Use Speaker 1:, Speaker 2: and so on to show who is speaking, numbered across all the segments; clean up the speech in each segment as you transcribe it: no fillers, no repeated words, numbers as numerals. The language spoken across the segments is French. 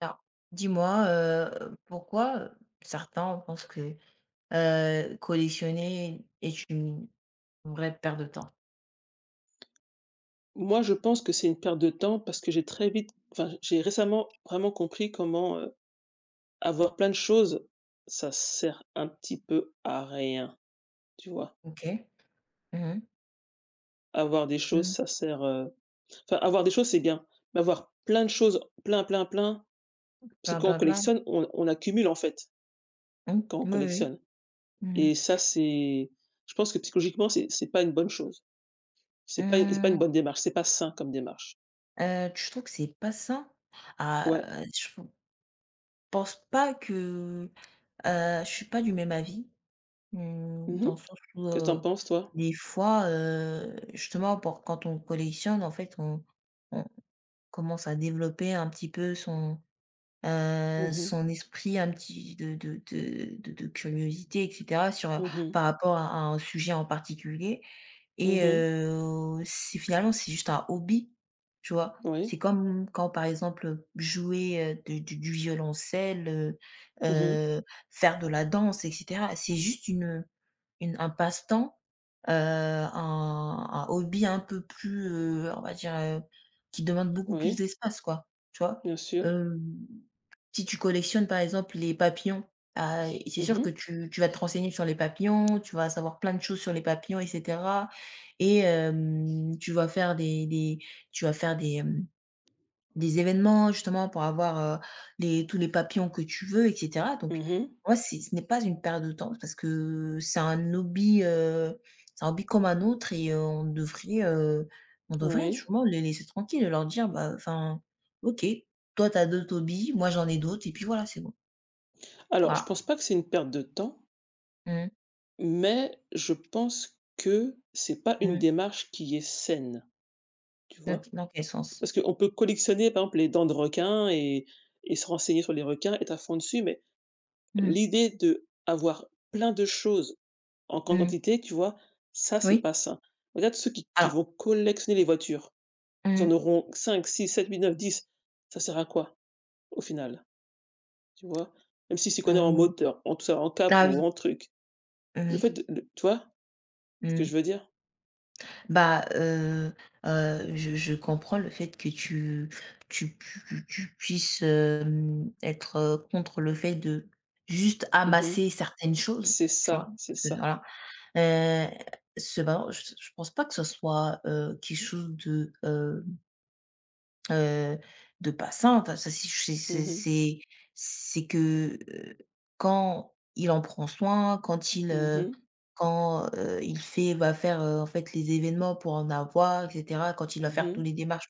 Speaker 1: Alors, dis-moi, pourquoi, certains pensent que, collectionner est une vraie perte de temps?
Speaker 2: Moi, je pense que c'est une perte de temps parce que j'ai très vite enfin, j'ai récemment vraiment compris comment avoir plein de choses, ça sert un petit peu à rien, tu vois?
Speaker 1: OK. Mmh mh.
Speaker 2: Avoir des choses,
Speaker 1: Mmh.
Speaker 2: ça sert, enfin, avoir des choses, c'est bien, mais avoir plein de choses, plein, plein, plein, parce que
Speaker 1: Bla
Speaker 2: quand on
Speaker 1: bla bla.
Speaker 2: collectionne, on accumule, en fait,
Speaker 1: Mmh.
Speaker 2: quand on
Speaker 1: Oui, oui, oui.
Speaker 2: collectionne,
Speaker 1: Mmh.
Speaker 2: et ça, c'est... je pense que psychologiquement, c'est pas une bonne chose. C'est pas une
Speaker 1: Mmh.
Speaker 2: bonne démarche, c'est pas sain comme démarche.
Speaker 1: Tu trouves que c'est pas sain?
Speaker 2: Ouais.
Speaker 1: Ah, je pense pas que, je suis pas du même avis, mmh,
Speaker 2: Mmh.
Speaker 1: dans le sens où,
Speaker 2: Qu'est ce que t'en penses, toi?
Speaker 1: des fois, justement pour quand on collectionne en fait on commence à développer un petit peu son
Speaker 2: Mhm.
Speaker 1: son esprit un petit de curiosité et cetera sur,
Speaker 2: Mhm.
Speaker 1: par rapport à un sujet en particulier et
Speaker 2: Mhm.
Speaker 1: c'est finalement, c'est juste un hobby, tu vois?
Speaker 2: Oui.
Speaker 1: C'est comme quand, par exemple, jouer, du violoncelle,
Speaker 2: Mmh.
Speaker 1: heu, faire de la danse et cetera. C'est juste une un passe-temps, un hobby un peu plus, on va dire, qui demande beaucoup plus
Speaker 2: Oui,
Speaker 1: d'espace, quoi, tu vois?
Speaker 2: bien sûr.
Speaker 1: Hem Si tu collectionnes, par exemple, les papillons, ah, et c'est
Speaker 2: Mmh
Speaker 1: sûr
Speaker 2: mh.
Speaker 1: que tu vas te renseigner sur les papillons, tu vas savoir plein de choses sur les papillons et cetera. Et tu vas faire des tu vas faire des, hem des événements justement pour avoir, les tous les papillons que tu veux et cetera. Donc
Speaker 2: Mmh.
Speaker 1: moi c'est ce n'est pas une perte de temps parce que c'est un hobby comme un autre. Et on devrait
Speaker 2: Oui.
Speaker 1: justement les laisser tranquilles et leur dire: «Bah, enfin, OK, toi tu as d'autres hobbies, moi j'en ai d'autres et puis voilà, c'est bon».
Speaker 2: Alors je
Speaker 1: Voilà.
Speaker 2: pense pas que c'est une perte de temps,
Speaker 1: Mmh,
Speaker 2: mais je pense que c'est pas une
Speaker 1: mmh.
Speaker 2: démarche qui est saine, tu vois?
Speaker 1: OK, dans quel sens?
Speaker 2: Parce qu'on peut collectionner par exemple les dents de requin et se renseigner sur les requins, être à fond dessus, mais
Speaker 1: Mmh,
Speaker 2: l'idée d'avoir plein de choses en grande
Speaker 1: mmh.
Speaker 2: quantité, tu vois? Ça, c'est
Speaker 1: Oui.
Speaker 2: pas sain. Regarde ceux qui vont
Speaker 1: Alors
Speaker 2: collectionner les voitures. Ils
Speaker 1: mmh,
Speaker 2: en auront cinq, six, sept, huit, neuf, 10. Ça sert à quoi, au final? Tu vois? Même s'il s'y connaît en
Speaker 1: mmh.
Speaker 2: moteur, en tout ça, en
Speaker 1: Ah oui.
Speaker 2: capot, en truc. Le fait
Speaker 1: Mmh,
Speaker 2: de tu vois ce que
Speaker 1: mmh.
Speaker 2: je veux dire?
Speaker 1: Bah, je comprends le fait que tu puisses, être, contre le fait de juste
Speaker 2: Mmh mh.
Speaker 1: amasser certaines choses,
Speaker 2: C'est
Speaker 1: tu vois?
Speaker 2: ça, c'est
Speaker 1: Parce que
Speaker 2: ça.
Speaker 1: voilà, heu, cependant, je pense pas que ce soit, quelque chose Heu, de passante, ça
Speaker 2: Mmh mh.
Speaker 1: c'est que, quand il en prend soin,
Speaker 2: Mmh mh.
Speaker 1: quand, il fait va faire, en fait, les événements pour en avoir et cetera, quand il va
Speaker 2: Mmh
Speaker 1: faire toutes
Speaker 2: mh.
Speaker 1: les démarches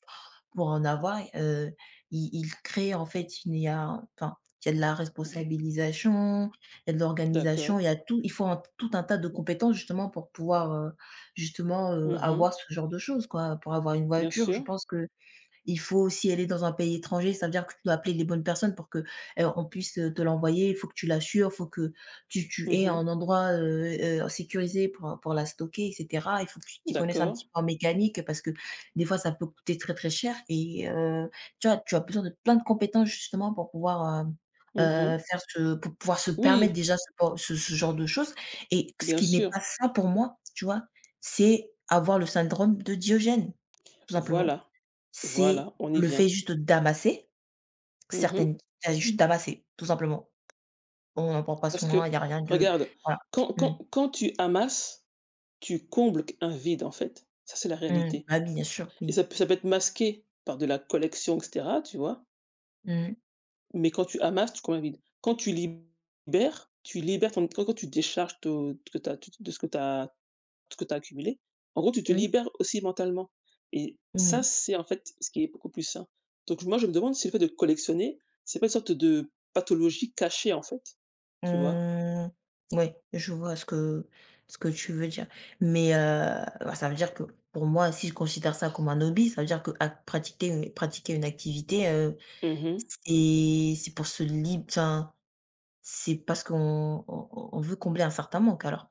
Speaker 1: pour en avoir, il crée, en fait, il y a enfin, il y a de la
Speaker 2: Mmh.
Speaker 1: responsabilisation, il y a de l'organisation,
Speaker 2: D'accord.
Speaker 1: il y a tout il faut un tout un tas de compétences justement pour pouvoir, justement,
Speaker 2: Mmh mh.
Speaker 1: avoir ce genre de choses, quoi. Pour avoir une
Speaker 2: Bien
Speaker 1: voiture,
Speaker 2: sûr.
Speaker 1: je pense que il faut aussi aller dans un pays étranger, ça veut dire que tu dois appeler les bonnes personnes pour que, on puisse, te l'envoyer. Il faut que tu l'assures, il faut que tu
Speaker 2: Mmh
Speaker 1: aies un
Speaker 2: mh.
Speaker 1: endroit, sécurisé pour la stocker et cetera. Il faut que tu t'y connaisses un
Speaker 2: D'accord.
Speaker 1: petit peu en mécanique parce que des fois, ça peut coûter très, très cher. Et tu vois, tu as besoin de plein de compétences justement pour pouvoir,
Speaker 2: Mmh mh.
Speaker 1: faire ce pour pouvoir se permettre
Speaker 2: Oui,
Speaker 1: déjà ce por ce ce genre de choses et ce
Speaker 2: bien
Speaker 1: qui n'est
Speaker 2: sûr.
Speaker 1: pas ça pour moi, tu vois? C'est avoir le syndrome de Diogène, tout simplement.
Speaker 2: Voilà,
Speaker 1: C'est
Speaker 2: voilà, on y
Speaker 1: le fait
Speaker 2: vient.
Speaker 1: juste d'amasser,
Speaker 2: Mmh mh.
Speaker 1: certaines tu as juste d'amasser, tout simplement. On n'en prend pas
Speaker 2: Parce que
Speaker 1: soin, il y a rien de,
Speaker 2: regarde,
Speaker 1: voilà.
Speaker 2: quand
Speaker 1: Mmh.
Speaker 2: quand quand tu amasses, tu combles q un vide, en fait. Ça, c'est la
Speaker 1: Mmh.
Speaker 2: réalité.
Speaker 1: Bah, oui, bien sûr,
Speaker 2: Et
Speaker 1: oui.
Speaker 2: ça peut être masqué par de la collection et cetera, tu vois?
Speaker 1: Mmh.
Speaker 2: Mais quand tu amasses, tu combles un vide. Quand tu libères ton quand tu décharges to de, ce que tu as de ce que tu as ce que tu accumulé, en gros, tu te
Speaker 1: Oui.
Speaker 2: libères aussi mentalement et ça,
Speaker 1: Mmh.
Speaker 2: c'est en fait ce qui est beaucoup plus sain. Donc moi, je me demande si le fait de collectionner, c'est pas une sorte de pathologie cachée, en fait, tu vois?
Speaker 1: Mmh. Ouais, je vois ce que tu veux dire. Mais, bah, ça veut dire que pour moi, si je considère ça comme un hobby, ça veut dire que à pratiquer une activité,
Speaker 2: Mmh.
Speaker 1: c'est pour se lib enfin, c'est parce qu'on veut combler un certain manque alors.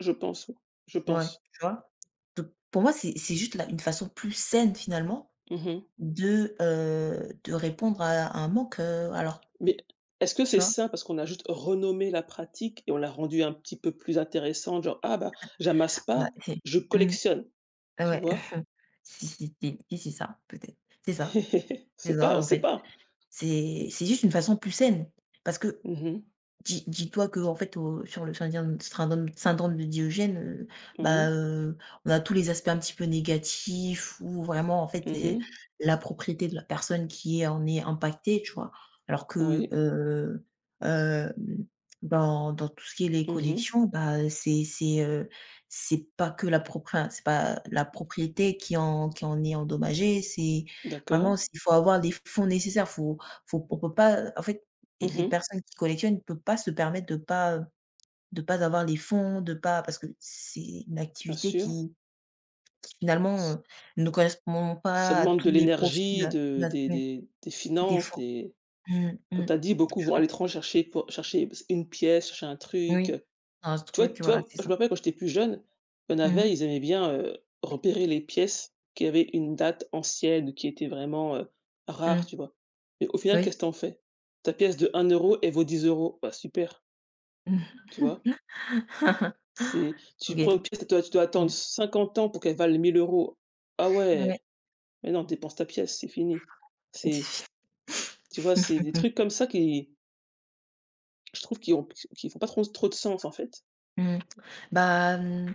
Speaker 2: Je pense, oui. Je
Speaker 1: Ouais,
Speaker 2: pense.
Speaker 1: tu vois? P Pour moi, c'est juste la une façon plus saine finalement
Speaker 2: Mmh.
Speaker 1: de répondre à un manque, alors,
Speaker 2: Mais est-ce que c'est
Speaker 1: tu vois?
Speaker 2: ça parce qu'on a juste renommé la pratique et on l'a rendue un petit peu plus intéressante, genre: «Ah bah, j'amasse
Speaker 1: Ah. Bah,
Speaker 2: pas,
Speaker 1: c'est
Speaker 2: je
Speaker 1: mmh,
Speaker 2: collectionne»,
Speaker 1: ah
Speaker 2: tu
Speaker 1: ouais.
Speaker 2: vois?
Speaker 1: Si, si, si, si, c'est ça, peut-être. C'est ça, c'est
Speaker 2: C'est pas,
Speaker 1: ça,
Speaker 2: on
Speaker 1: en
Speaker 2: sait
Speaker 1: fait.
Speaker 2: pas.
Speaker 1: C'est juste une façon plus saine parce que
Speaker 2: Mmh.
Speaker 1: Dis-toi que en fait, au sur le syndrome de Diogène, bah,
Speaker 2: Oui.
Speaker 1: on a tous les aspects un petit peu négatifs où vraiment en fait, c'est
Speaker 2: Mmh.
Speaker 1: la propriété de la personne qui est impactée, tu vois? Alors que,
Speaker 2: Oui.
Speaker 1: hem, dans tout ce qui est les
Speaker 2: Mmh.
Speaker 1: collections, bah, c'est pas que la propr enfin, c'est pas la propriété qui en est endommagée, c'est vraiment
Speaker 2: D'accord.
Speaker 1: il faut avoir les fonds nécessaires, faut on peut pas en fait, et les
Speaker 2: Mmh.
Speaker 1: personnes qui collectionnent ne peuvent pas se permettre de pas avoir les fonds, de pas parce que c'est une
Speaker 2: Bien
Speaker 1: activité
Speaker 2: sûr.
Speaker 1: qui finalement,
Speaker 2: Ç
Speaker 1: ne correspond
Speaker 2: Ça
Speaker 1: pas à
Speaker 2: demande de
Speaker 1: tous les profils,
Speaker 2: l'énergie, de des
Speaker 1: des
Speaker 2: finances,
Speaker 1: fonds.
Speaker 2: des
Speaker 1: Mmh,
Speaker 2: comme
Speaker 1: mmh,
Speaker 2: tu as dit, beaucoup
Speaker 1: tu
Speaker 2: vont à
Speaker 1: vois?
Speaker 2: l'étranger chercher pour chercher une pièce, chercher un truc.
Speaker 1: Oui, un
Speaker 2: Toi
Speaker 1: truc, voilà,
Speaker 2: toi,
Speaker 1: c'est
Speaker 2: je
Speaker 1: ça.
Speaker 2: me rappelle quand j'étais plus jeune, il y en
Speaker 1: Mmh
Speaker 2: avait, ils aimaient bien, repérer les pièces qui avaient une date ancienne, qui était vraiment,
Speaker 1: mh,
Speaker 2: rare,
Speaker 1: mmh,
Speaker 2: tu vois? Mais au final,
Speaker 1: oui.
Speaker 2: qu'est-ce que tu fais? Ta pièce de 1 euro elle vaut 10 €. Bah, super, tu vois? C'est tu prends une
Speaker 1: OK.
Speaker 2: pièce, tu dois attendre
Speaker 1: Mmh,
Speaker 2: 50 ans pour qu'elle vaille 1 000 euros. Ah
Speaker 1: ouais.
Speaker 2: ouais, mais non, dépense ta pièce, c'est fini. C'est tu vois, c'est des trucs comme ça qui, je trouve, qui ont qui font pas trop trop de sens, en fait.
Speaker 1: Mmh. Bah, mmh.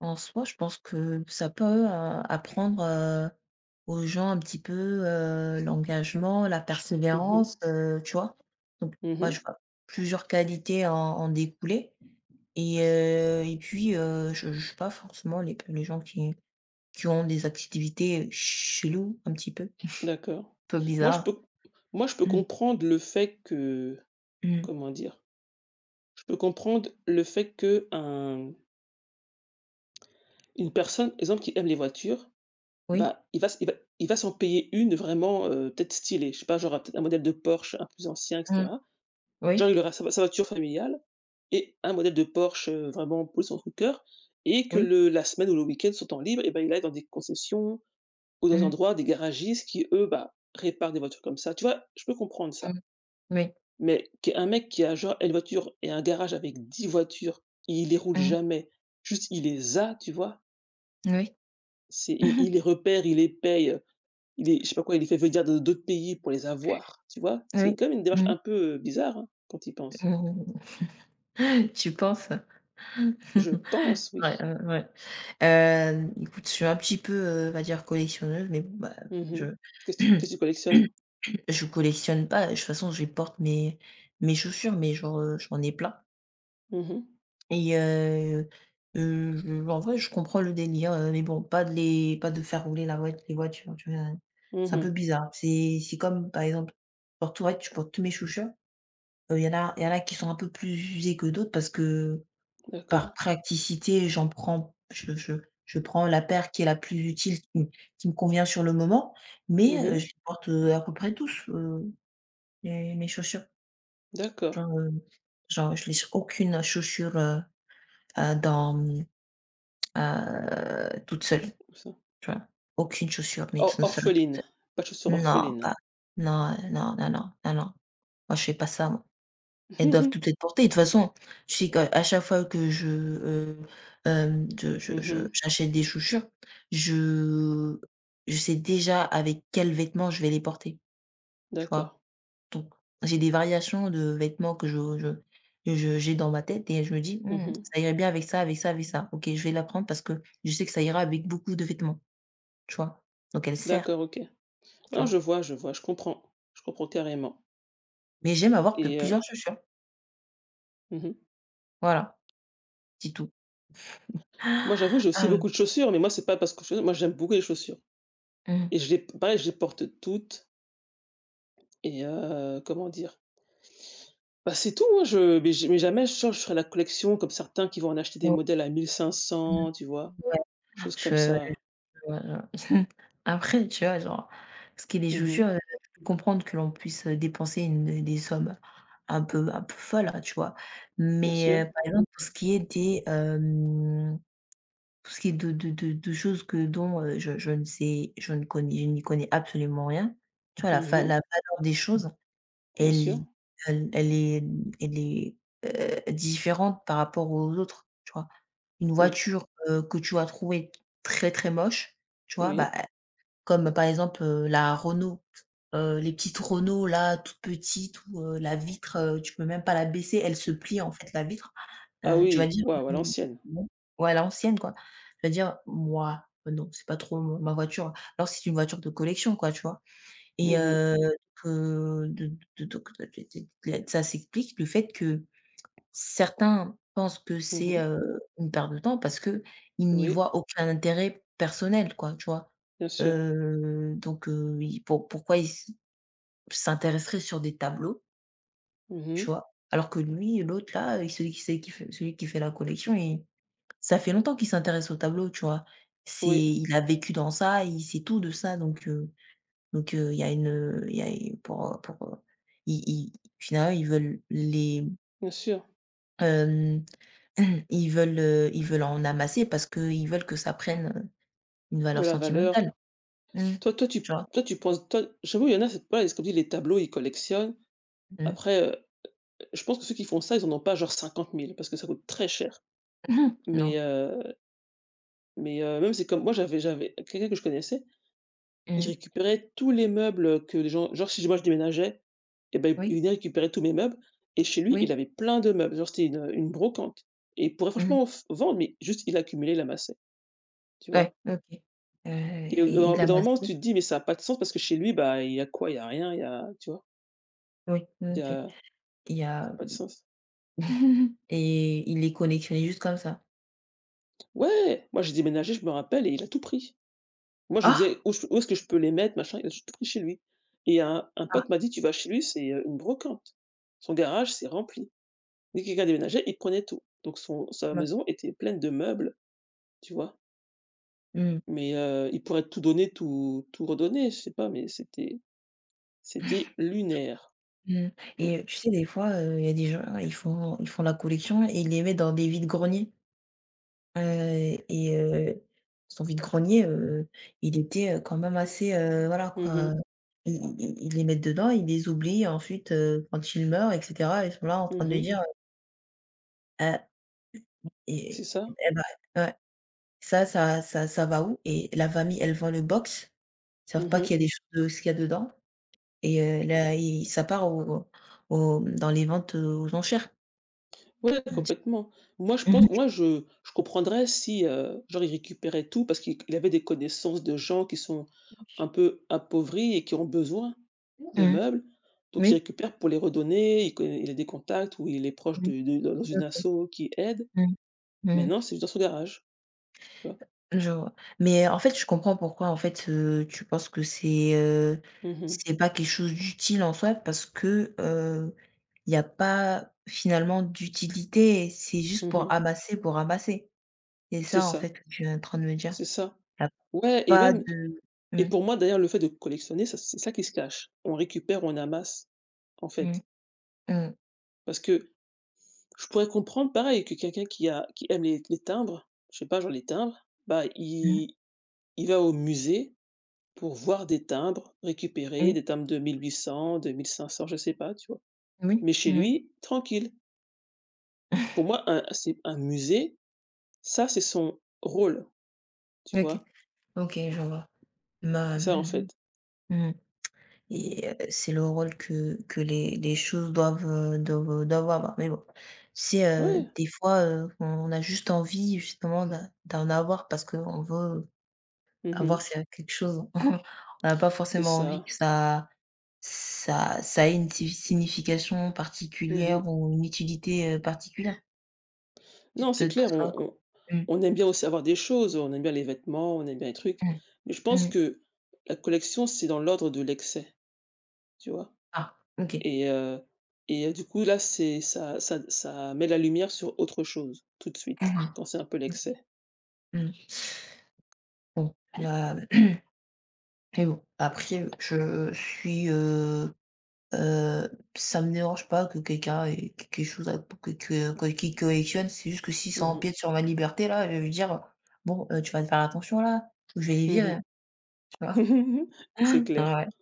Speaker 1: En soi, je pense que ça peut, apprendre, aux gens un petit peu, l'engagement, la
Speaker 2: Mmh mh.
Speaker 1: persévérance, tu vois? Donc
Speaker 2: Mmh
Speaker 1: moi,
Speaker 2: mh.
Speaker 1: je vois plusieurs qualités en découler et puis, je ne juge pas forcément les gens qui ont des activités, cheloues un petit peu, un
Speaker 2: D'accord.
Speaker 1: peu
Speaker 2: Moi je
Speaker 1: bizarres.
Speaker 2: peux moi je peux
Speaker 1: Mmh,
Speaker 2: comprendre le fait que
Speaker 1: mmh,
Speaker 2: comment dire? Je peux comprendre le fait qu'un une personne, exemple, qui aime les voitures,
Speaker 1: oui,
Speaker 2: bah, il va s'en payer une vraiment, peut-être stylée. Je sais pas, genre, peut-être un modèle de Porsche un plus ancien et
Speaker 1: mmh,
Speaker 2: cetera. Genre
Speaker 1: oui,
Speaker 2: il aura sa voiture familiale et un modèle de Porsche, vraiment posé sur son cœur et que
Speaker 1: oui,
Speaker 2: le la semaine ou le week-end, son temps libre et bah, il aille dans des concessions ou dans des
Speaker 1: mmh,
Speaker 2: endroits, des garagistes qui eux, bah, réparent des voitures comme ça. Tu vois? Je peux comprendre ça.
Speaker 1: mmh, oui,
Speaker 2: Mais qu'il y ait un mec qui a genre une voiture et un garage avec 10 voitures, il les roule
Speaker 1: mmh,
Speaker 2: jamais, juste il les a, tu vois?
Speaker 1: oui,
Speaker 2: C'est il les repère, il les paye, il les je sais pas quoi, il les fait venir de d'autres pays pour les avoir, tu vois? C'est
Speaker 1: oui,
Speaker 2: quand même une démarche
Speaker 1: mmh,
Speaker 2: un peu, bizarre, hein, quand tu y penses.
Speaker 1: tu penses?
Speaker 2: Je pense,
Speaker 1: Ouais,
Speaker 2: oui.
Speaker 1: ouais, ouais. Écoute, je suis un petit peu, on va dire collectionneuse, mais bon, bah, je
Speaker 2: Mhm. Qu'est-ce que tu collectionnes?
Speaker 1: je collectionne pas, de toute façon, je porte mes chaussures, mais genre, j'en ai plein.
Speaker 2: Mhm.
Speaker 1: Et je en vrai, je comprends le délire, mais bon, pas de faire rouler la voit les voitures, tu vois? C'est un peu
Speaker 2: Mhm.
Speaker 1: bizarre. C'est comme, par exemple, ouais, je porte tous mes chaussures. Il y en a qui sont un peu plus usées que d'autres parce que
Speaker 2: D'accord.
Speaker 1: par praticité, j'en prends je prends la paire qui est la plus utile, qui me convient sur le moment, mais je
Speaker 2: Mhm.
Speaker 1: les porte, à peu près tous, mes chaussures.
Speaker 2: D'accord.
Speaker 1: Genre, genre je laisse aucune chaussure, dans, mmh, toute seule,
Speaker 2: Ça
Speaker 1: tu vois? Aucune chaussure, mais
Speaker 2: or
Speaker 1: toute seule, toute
Speaker 2: Orpheline, pas de chaussures
Speaker 1: seule. Non,
Speaker 2: orphelines.
Speaker 1: pas non, non, non, non, non, non. Moi, je fais pas ça, moi. Elles doivent
Speaker 2: Mhm.
Speaker 1: toutes être portées. De toute façon, je sais qu'à chaque fois que je,
Speaker 2: Mhm.
Speaker 1: j'achète des chaussures, je je sais déjà avec quels vêtements je vais les porter, tu
Speaker 2: D'accord.
Speaker 1: vois? Donc j'ai des variations de vêtements que je que je j'ai dans ma tête et je me dis: «Mmh,
Speaker 2: Mhm.
Speaker 1: ça irait bien avec ça, avec ça, avec ça. OK, je vais la prendre parce que je sais que ça ira avec beaucoup de vêtements», tu vois? Donc elle sert,
Speaker 2: D'accord, OK.
Speaker 1: tu
Speaker 2: Non, je
Speaker 1: vois?
Speaker 2: vois, je vois, je comprends. Je comprends carrément
Speaker 1: Mais j'aime avoir de
Speaker 2: et
Speaker 1: plusieurs chaussures.
Speaker 2: mmh.
Speaker 1: Voilà, c'est tout.
Speaker 2: Moi, j'avoue, j'ai aussi
Speaker 1: Hem,
Speaker 2: beaucoup de chaussures, mais moi, c'est pas parce que je moi, j'aime beaucoup les chaussures
Speaker 1: mmh.
Speaker 2: et je les pareil, je les porte toutes et comment dire? Bah, c'est tout, hein, je mais j mais jamais je ferai la collection comme certains qui vont en acheter des
Speaker 1: Ouais,
Speaker 2: modèles à
Speaker 1: mmh,
Speaker 2: 1500, tu vois?
Speaker 1: ouais,
Speaker 2: Choses comme
Speaker 1: je
Speaker 2: ça.
Speaker 1: ouais, genre après, tu vois, genre, ce qui est des
Speaker 2: Mmh.
Speaker 1: chaussures, je peux comprendre que l'on puisse, dépenser une des sommes un peu folles, hein, tu vois?
Speaker 2: Bien
Speaker 1: Mais,
Speaker 2: sûr.
Speaker 1: par exemple, pour ce qui est de choses que dont, je ne sais je ne connais je n'y connais absolument rien, tu vois?
Speaker 2: Mmh.
Speaker 1: La valeur des choses,
Speaker 2: Bien sûr.
Speaker 1: elle elle elle est elle est, différente par rapport aux autres, tu vois? Une
Speaker 2: Oui,
Speaker 1: voiture, que tu vas trouver très, très moche, tu vois? Bah,
Speaker 2: oui.
Speaker 1: e comme par exemple, la Renault, les petites Renault là, toutes petites où, la vitre, tu peux même pas la baisser, elle se plie en fait la vitre.
Speaker 2: Ah
Speaker 1: Tu vas
Speaker 2: oui,
Speaker 1: dire
Speaker 2: waouh, à
Speaker 1: Mm.
Speaker 2: l'ancienne.
Speaker 1: Bon, ouais à l'ancienne quoi. Tu vas dire: «Mouais, non, c'est pas trop mon ma voiture». Alors c'est une voiture de collection quoi, tu vois? Et
Speaker 2: Mmh mh.
Speaker 1: heu, de de donc de- ça s'explique le fait que certains pensent que c'est,
Speaker 2: Mmh.
Speaker 1: une perte de temps parce que ils n'y
Speaker 2: Oui,
Speaker 1: voient aucun intérêt personnel quoi, tu vois?
Speaker 2: bien sûr.
Speaker 1: Ils pourquoi ils s'intéresseraient sur des tableaux,
Speaker 2: Mmh.
Speaker 1: tu vois? Alors que lui, l'autre là, celui qui fait la collection, il ça fait longtemps qu'il s'intéresse aux tableaux, tu vois? C'est
Speaker 2: Oui,
Speaker 1: Il a vécu dans ça, il sait tout de ça. Donc il y a il y a pour, ils finalement,
Speaker 2: bien sûr.
Speaker 1: Ils veulent, en amasser parce qu'ils veulent que ça prenne, une
Speaker 2: De
Speaker 1: valeur
Speaker 2: la valeur.
Speaker 1: sentimentale. Mmh.
Speaker 2: Toi toi tu
Speaker 1: Tu vois?
Speaker 2: Toi tu penses, toi j'avoue il y en a c'est pareil, c'est comme tu dis les tableaux, ils collectionnent.
Speaker 1: Mmh.
Speaker 2: Après, je pense que ceux qui font ça, ils en ont pas genre 50 000, parce que ça coûte très cher. Mais
Speaker 1: Non.
Speaker 2: même c'est comme moi j'avais quelqu'un que je connaissais. Ils
Speaker 1: Mmh.
Speaker 2: récupéraient tous les meubles que les gens genre si moi je déménageais et ben il
Speaker 1: Oui,
Speaker 2: venait récupérer tous mes meubles et chez lui,
Speaker 1: oui.
Speaker 2: il avait plein de meubles. Genre c'était une brocante et il pourrait
Speaker 1: Mmh.
Speaker 2: franchement f vendre, mais juste il accumulait, il amassait, tu
Speaker 1: Ouais,
Speaker 2: vois?
Speaker 1: OK. Heu
Speaker 2: Et au
Speaker 1: et
Speaker 2: au
Speaker 1: il
Speaker 2: bout d'un moment,
Speaker 1: amassait,
Speaker 2: tu te dis: «Mais ça a pas de sens» parce que chez lui, bah, il y a quoi? Il y a rien, il y a tu vois?
Speaker 1: oui, mmh,
Speaker 2: Il y
Speaker 1: OK.
Speaker 2: a
Speaker 1: Il y
Speaker 2: ça
Speaker 1: a
Speaker 2: a pas de sens.
Speaker 1: et il les collectionnait juste comme ça.
Speaker 2: Ouais! Moi j'ai déménagé, je me rappelle et il a tout pris. Moi je me
Speaker 1: Ah!
Speaker 2: disais: «Où je où est-ce que je peux les mettre?» machin, il a tout pris chez lui et un
Speaker 1: Ah,
Speaker 2: pote m'a dit: «Tu vas chez lui, c'est, une brocante. Son garage, c'est rempli». Dès que quelqu'un déménageait, il prenait tout. Donc son sa
Speaker 1: bah,
Speaker 2: maison était pleine de meubles, tu vois?
Speaker 1: mmh.
Speaker 2: Mais, il pourrait tout donner, tout tout redonner, je sais pas, mais c'était c'était lunaire.
Speaker 1: Mmh.
Speaker 2: Mmh.
Speaker 1: Et tu sais, des fois, il y a des gens, ils font la collection et ils les mettent dans des vides-greniers. Heu et heu, son vide-grenier, il était, quand même assez, voilà
Speaker 2: Mmh
Speaker 1: quoi,
Speaker 2: mh.
Speaker 1: i ils les mettent dedans, ils les oublient ensuite, quand ils meurent et cetera, ils sont là en train de
Speaker 2: Mmh.
Speaker 1: dire, «Ah
Speaker 2: C'est ça.
Speaker 1: et bah, ouais, ça va où?» Et la famille, elle vend le box, ils savent pas
Speaker 2: Mmh.
Speaker 1: qu'il y a des choses, ce qu'il y a dedans. Et là i ça part au dans les ventes, aux enchères.
Speaker 2: Ouais,
Speaker 1: Mmh
Speaker 2: complètement. Moi, je
Speaker 1: mh.
Speaker 2: pense moi, je comprendrais si, genre, il récupérait tout parce qu'il il avait des connaissances de gens qui sont un peu appauvris et qui ont besoin de
Speaker 1: Mmh.
Speaker 2: meubles. Donc il
Speaker 1: Oui.
Speaker 2: récupère pour les redonner, il connaît il a des contacts ou il est proche
Speaker 1: Oui,
Speaker 2: de dans une
Speaker 1: OK.
Speaker 2: asso qui aide.
Speaker 1: Mmh.
Speaker 2: Mais
Speaker 1: Mmh.
Speaker 2: non, c'est juste dans son garage, tu vois?
Speaker 1: Je vois. Mais en fait, je comprends pourquoi en fait, tu penses que
Speaker 2: Mmh mh.
Speaker 1: c'est pas quelque chose d'utile en soi parce que, il y a pas finalement d'utilité. C'est juste
Speaker 2: Mmh
Speaker 1: pour
Speaker 2: mh.
Speaker 1: amasser, pour amasser. C'est
Speaker 2: C'est
Speaker 1: ça en fait
Speaker 2: ça,
Speaker 1: que tu es en train de me dire?
Speaker 2: c'est ça.
Speaker 1: Il y a
Speaker 2: Ouais et
Speaker 1: pas
Speaker 2: même
Speaker 1: de.
Speaker 2: et
Speaker 1: Mmh,
Speaker 2: pour moi d'ailleurs le fait de collectionner, ça c'est ça qui se cache. On récupère, on amasse, en fait.
Speaker 1: mmh, mmh,
Speaker 2: Parce que je pourrais comprendre pareil que quelqu'un qui a qui aime les timbres, je sais pas, genre les timbres, bah,
Speaker 1: mmh, mmh,
Speaker 2: il va au musée pour voir des timbres récupérés,
Speaker 1: oui,
Speaker 2: des timbres de 1800-2500, je sais pas, tu vois?
Speaker 1: oui,
Speaker 2: Mais chez
Speaker 1: mmh.
Speaker 2: lui, tranquille. Pour moi, un c'est un musée, ça c'est son rôle, tu
Speaker 1: OK,
Speaker 2: vois?
Speaker 1: OK, je vois.
Speaker 2: C'est
Speaker 1: Bah,
Speaker 2: ça en
Speaker 1: mmh.
Speaker 2: fait.
Speaker 1: Mmh.
Speaker 2: Mmh mh.
Speaker 1: Et c'est le rôle que les choses doivent, doivent avoir. Mais bon, c'est,
Speaker 2: Ouais,
Speaker 1: des fois, on a juste envie justement d'en avoir parce qu'on veut
Speaker 2: mmh mh.
Speaker 1: avoir c'est quelque chose. On n'a pas
Speaker 2: C'est
Speaker 1: forcément envie
Speaker 2: ça.
Speaker 1: que ça ait une si signification
Speaker 2: Mmh
Speaker 1: particulière
Speaker 2: mh.
Speaker 1: ou une utilité, particulière. C'est
Speaker 2: Non, c'est
Speaker 1: peut-être pour
Speaker 2: clair, on
Speaker 1: ça
Speaker 2: on
Speaker 1: que mmh,
Speaker 2: on aime bien aussi avoir des choses, on aime bien les vêtements, on aime bien les trucs,
Speaker 1: mmh,
Speaker 2: mais je pense
Speaker 1: mmh.
Speaker 2: que la collection, c'est dans l'ordre de l'excès, tu vois?
Speaker 1: Ah, OK.
Speaker 2: Et du coup, là, c'est ça met la lumière sur autre chose, tout de suite,
Speaker 1: Mmh.
Speaker 2: quand c'est un peu
Speaker 1: OK.
Speaker 2: l'excès.
Speaker 1: Mmh. Bon,
Speaker 2: Mmh.
Speaker 1: là mais bon, après, Heu, ça me dérange pas que quelqu'un ait quelque chose à que qu'il collectionne, c'est juste que si ça
Speaker 2: Mmh mh.
Speaker 1: empiète sur ma liberté là, je vais lui dire: «Bon, tu vas te faire attention là, ou je vais les
Speaker 2: Mmh
Speaker 1: virer», tu vois?
Speaker 2: mh. C'est clair.
Speaker 1: Ouais.